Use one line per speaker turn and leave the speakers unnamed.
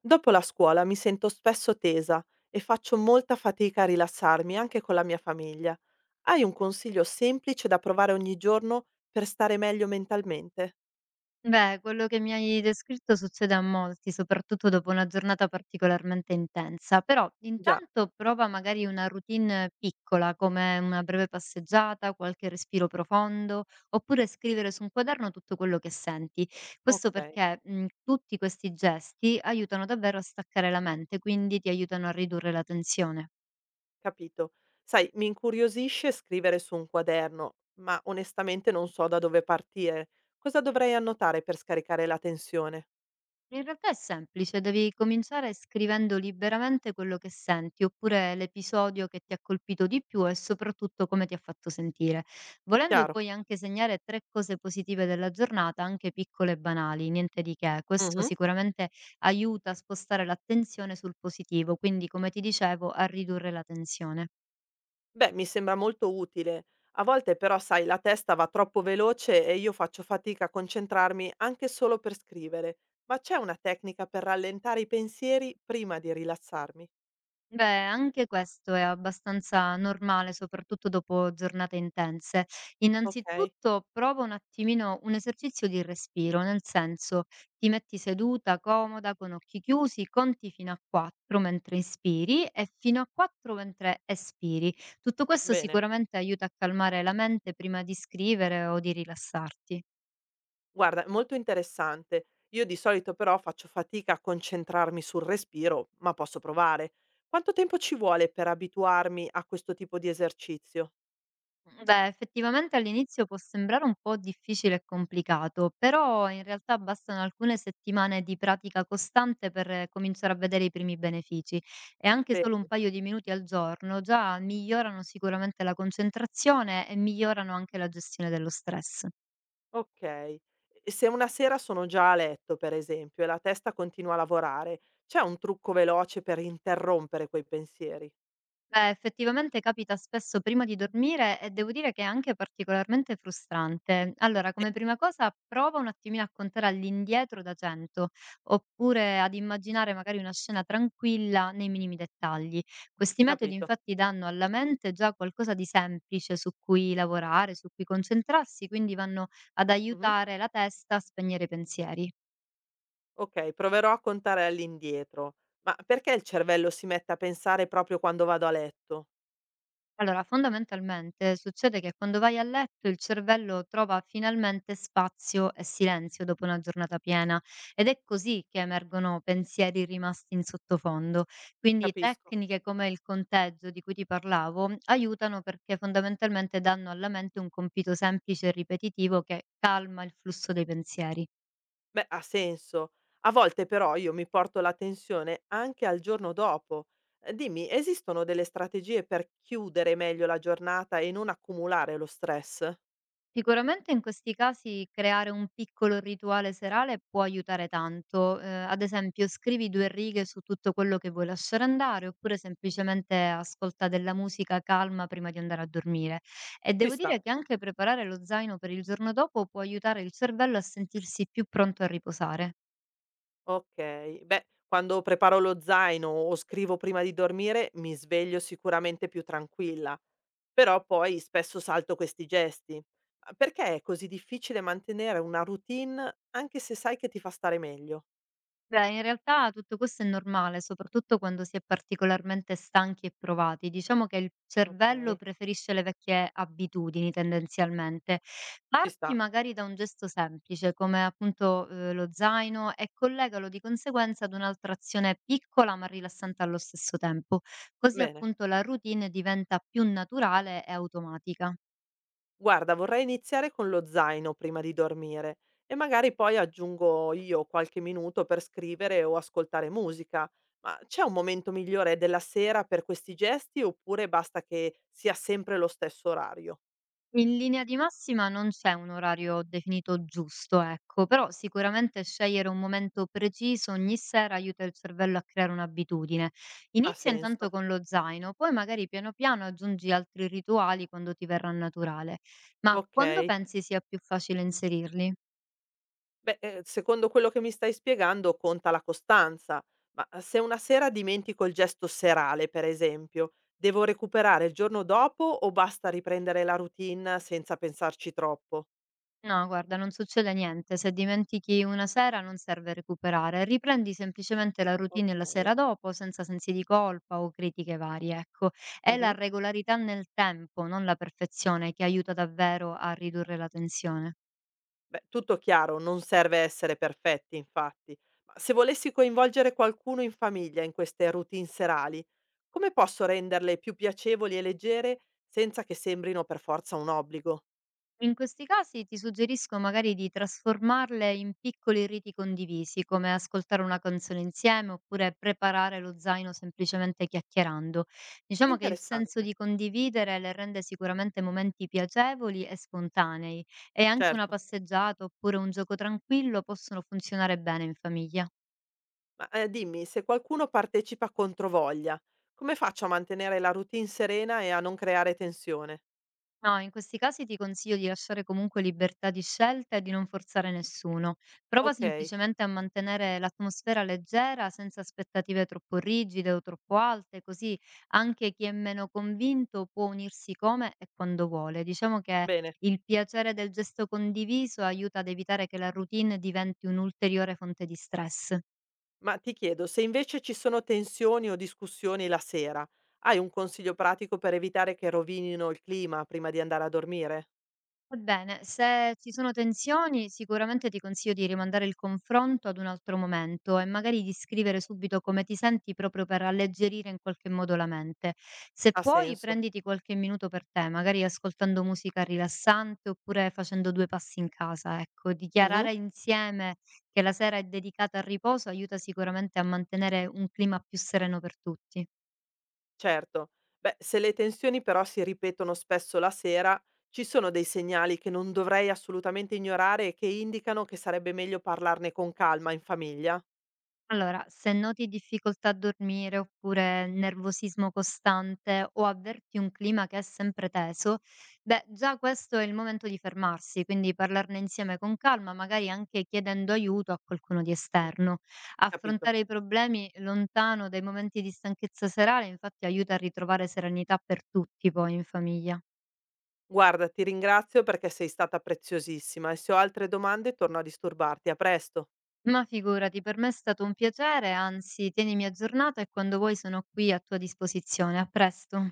Dopo la scuola mi sento spesso tesa e faccio molta fatica a rilassarmi anche con la mia famiglia. Hai un consiglio semplice da provare ogni giorno per stare meglio mentalmente?
Beh, quello che mi hai descritto succede a molti, soprattutto dopo una giornata particolarmente intensa, però
Già,
intanto prova magari una routine piccola, come una breve passeggiata, qualche respiro profondo, oppure scrivere su un quaderno tutto quello che senti. Questo
ok,
perché tutti questi gesti aiutano davvero a staccare la mente, quindi ti aiutano a ridurre la tensione.
capito. Sai, mi incuriosisce scrivere su un quaderno, ma onestamente non so da dove partire. Cosa dovrei annotare per scaricare la tensione?
In realtà è semplice, devi cominciare scrivendo liberamente quello che senti, oppure l'episodio che ti ha colpito di più e soprattutto come ti ha fatto sentire. Volendo
Chiaro.
puoi anche segnare tre cose positive della giornata, anche piccole e banali, niente di che. Questo
Mhm.
sicuramente aiuta a spostare l'attenzione sul positivo, quindi come ti dicevo, a ridurre la tensione.
Beh, mi sembra molto utile. A volte però, sai, la testa va troppo veloce e io faccio fatica a concentrarmi anche solo per scrivere. Ma c'è una tecnica per rallentare i pensieri prima di rilassarmi?
Beh, anche questo è abbastanza normale, soprattutto dopo giornate intense.
Ok,
Innanzitutto prova un attimino un esercizio di respiro, nel senso ti metti seduta, comoda, con occhi chiusi, conti fino a 4 mentre inspiri e fino a 4 mentre espiri. Tutto questo
bene.
sicuramente aiuta a calmare la mente prima di scrivere o di rilassarti.
Guarda, è molto interessante. Io di solito però faccio fatica a concentrarmi sul respiro, ma posso provare. Quanto tempo ci vuole per abituarmi a questo tipo di esercizio?
Mhmm, Beh, effettivamente all'inizio può sembrare un po' difficile e complicato, però in realtà bastano alcune settimane di pratica costante per cominciare a vedere i primi benefici e anche
Bene.
solo un paio di minuti al giorno già migliorano sicuramente la concentrazione e migliorano anche la gestione dello stress.
Okay. E se una sera sono già a letto, per esempio, e la testa continua a lavorare, c'è un trucco veloce per interrompere quei pensieri?
Beh, effettivamente capita spesso prima di dormire e devo dire che è anche particolarmente frustrante. Allora,
Sì.
come prima cosa, prova un attimino a contare all'indietro da 100, oppure ad immaginare magari una scena tranquilla nei minimi dettagli. Questi metodi
Capito.
infatti danno alla mente già qualcosa di semplice su cui lavorare, su cui concentrarsi, quindi vanno ad
Mh-mh.
aiutare la testa a spegnere i pensieri.
Okay, proverò a contare all'indietro. Ma perché il cervello si mette a pensare proprio quando vado a letto?
Allora, fondamentalmente succede che quando vai a letto il cervello trova finalmente spazio e silenzio dopo una giornata piena ed è così che emergono pensieri rimasti in sottofondo. Quindi
Capisco.
tecniche come il conteggio di cui ti parlavo aiutano perché fondamentalmente danno alla mente un compito semplice e ripetitivo che calma il flusso dei pensieri.
Beh, ha senso. A volte però io mi porto la tensione anche al giorno dopo. Dimmi, esistono delle strategie per chiudere meglio la giornata e non accumulare lo stress?
Sicuramente in questi casi creare un piccolo rituale serale può aiutare tanto. Ad esempio, scrivi due righe su tutto quello che vuoi lasciare andare, oppure semplicemente ascolta della musica calma prima di andare a dormire. E
Ci
devo
sta.
dire che anche preparare lo zaino per il giorno dopo può aiutare il cervello a sentirsi più pronto a riposare.
Okay. Beh, quando preparo lo zaino o scrivo prima di dormire mi sveglio sicuramente più tranquilla, però poi spesso salto questi gesti. Ma perché è così difficile mantenere una routine anche se sai che ti fa stare meglio?
Beh, in realtà tutto questo è normale, soprattutto quando si è particolarmente stanchi e provati. Diciamo che il cervello
Okay,
preferisce le vecchie abitudini tendenzialmente.
ci
Parti
sta.
magari da un gesto semplice, come appunto lo zaino, e collegalo di conseguenza ad un'altra azione piccola ma rilassante allo stesso tempo. Così
Bene.
appunto la routine diventa più naturale e automatica.
Guarda, vorrei iniziare con lo zaino prima di dormire e magari poi aggiungo io qualche minuto per scrivere o ascoltare musica. Ma c'è un momento migliore della sera per questi gesti oppure basta che sia sempre lo stesso orario?
In linea di massima non c'è un orario definito giusto, ecco, però sicuramente scegliere un momento preciso ogni sera aiuta il cervello a creare un'abitudine.
Ha
Inizia intanto
senso.
con lo zaino, poi magari piano piano aggiungi altri rituali quando ti verrà naturale. Ma quando
Ok.
pensi sia più facile inserirli?
Beh, secondo quello che mi stai spiegando conta la costanza, ma se una sera dimentico il gesto serale, per esempio, devo recuperare il giorno dopo o basta riprendere la routine senza pensarci troppo?
No, guarda, non succede niente. Se dimentichi una sera non serve recuperare, riprendi semplicemente la routine la
Ok.
sera dopo senza sensi di colpa o critiche varie, ecco. È la
Mh-mh.
regolarità nel tempo, non la perfezione, che aiuta davvero a ridurre la tensione.
Beh, tutto chiaro, non serve essere perfetti infatti. Ma se volessi coinvolgere qualcuno in famiglia in queste routine serali, come posso renderle più piacevoli e leggere senza che sembrino per forza un obbligo?
In questi casi ti suggerisco magari di trasformarle in piccoli riti condivisi, come ascoltare una canzone insieme oppure preparare lo zaino semplicemente chiacchierando. Diciamo che il senso
Interessante,
di condividere le rende sicuramente momenti piacevoli e spontanei, e anche una
certo.
passeggiata oppure un gioco tranquillo possono funzionare bene in famiglia.
Ma, dimmi, se qualcuno partecipa controvoglia, come faccio a mantenere la routine serena e a non creare tensione?
No, in questi casi ti consiglio di lasciare comunque libertà di scelta e di non forzare nessuno. Prova
Okay,
semplicemente a mantenere l'atmosfera leggera, senza aspettative troppo rigide o troppo alte, così anche chi è meno convinto può unirsi come e quando vuole. Diciamo che
bene.
il piacere del gesto condiviso aiuta ad evitare che la routine diventi un'ulteriore fonte di stress.
Ma ti chiedo, se invece ci sono tensioni o discussioni la sera, hai un consiglio pratico per evitare che rovinino il clima prima di andare a dormire?
Ebbene, se ci sono tensioni, sicuramente ti consiglio di rimandare il confronto ad un altro momento e magari di scrivere subito come ti senti proprio per alleggerire in qualche modo la mente. Se
Ha
puoi,
senso.
prenditi qualche minuto per te, magari ascoltando musica rilassante oppure facendo due passi in casa. Ecco,
Mh-mh,
dichiarare insieme che la sera è dedicata al riposo aiuta sicuramente a mantenere un clima più sereno per tutti.
certo. Beh, se le tensioni però si ripetono spesso la sera, ci sono dei segnali che non dovrei assolutamente ignorare e che indicano che sarebbe meglio parlarne con calma in famiglia?
Allora, se noti difficoltà a dormire oppure nervosismo costante o avverti un clima che è sempre teso, beh, già questo è il momento di fermarsi, quindi parlarne insieme con calma, magari anche chiedendo aiuto a qualcuno di
Mh,
esterno.
capito.
Affrontare i problemi lontano dai momenti di stanchezza serale, infatti, aiuta a ritrovare serenità per tutti poi in famiglia.
Guarda, ti ringrazio perché sei stata preziosissima e se ho altre domande torno a disturbarti. A presto.
Ma figurati, per me è stato un piacere, anzi, tienimi aggiornata e quando vuoi sono qui a tua disposizione. A presto.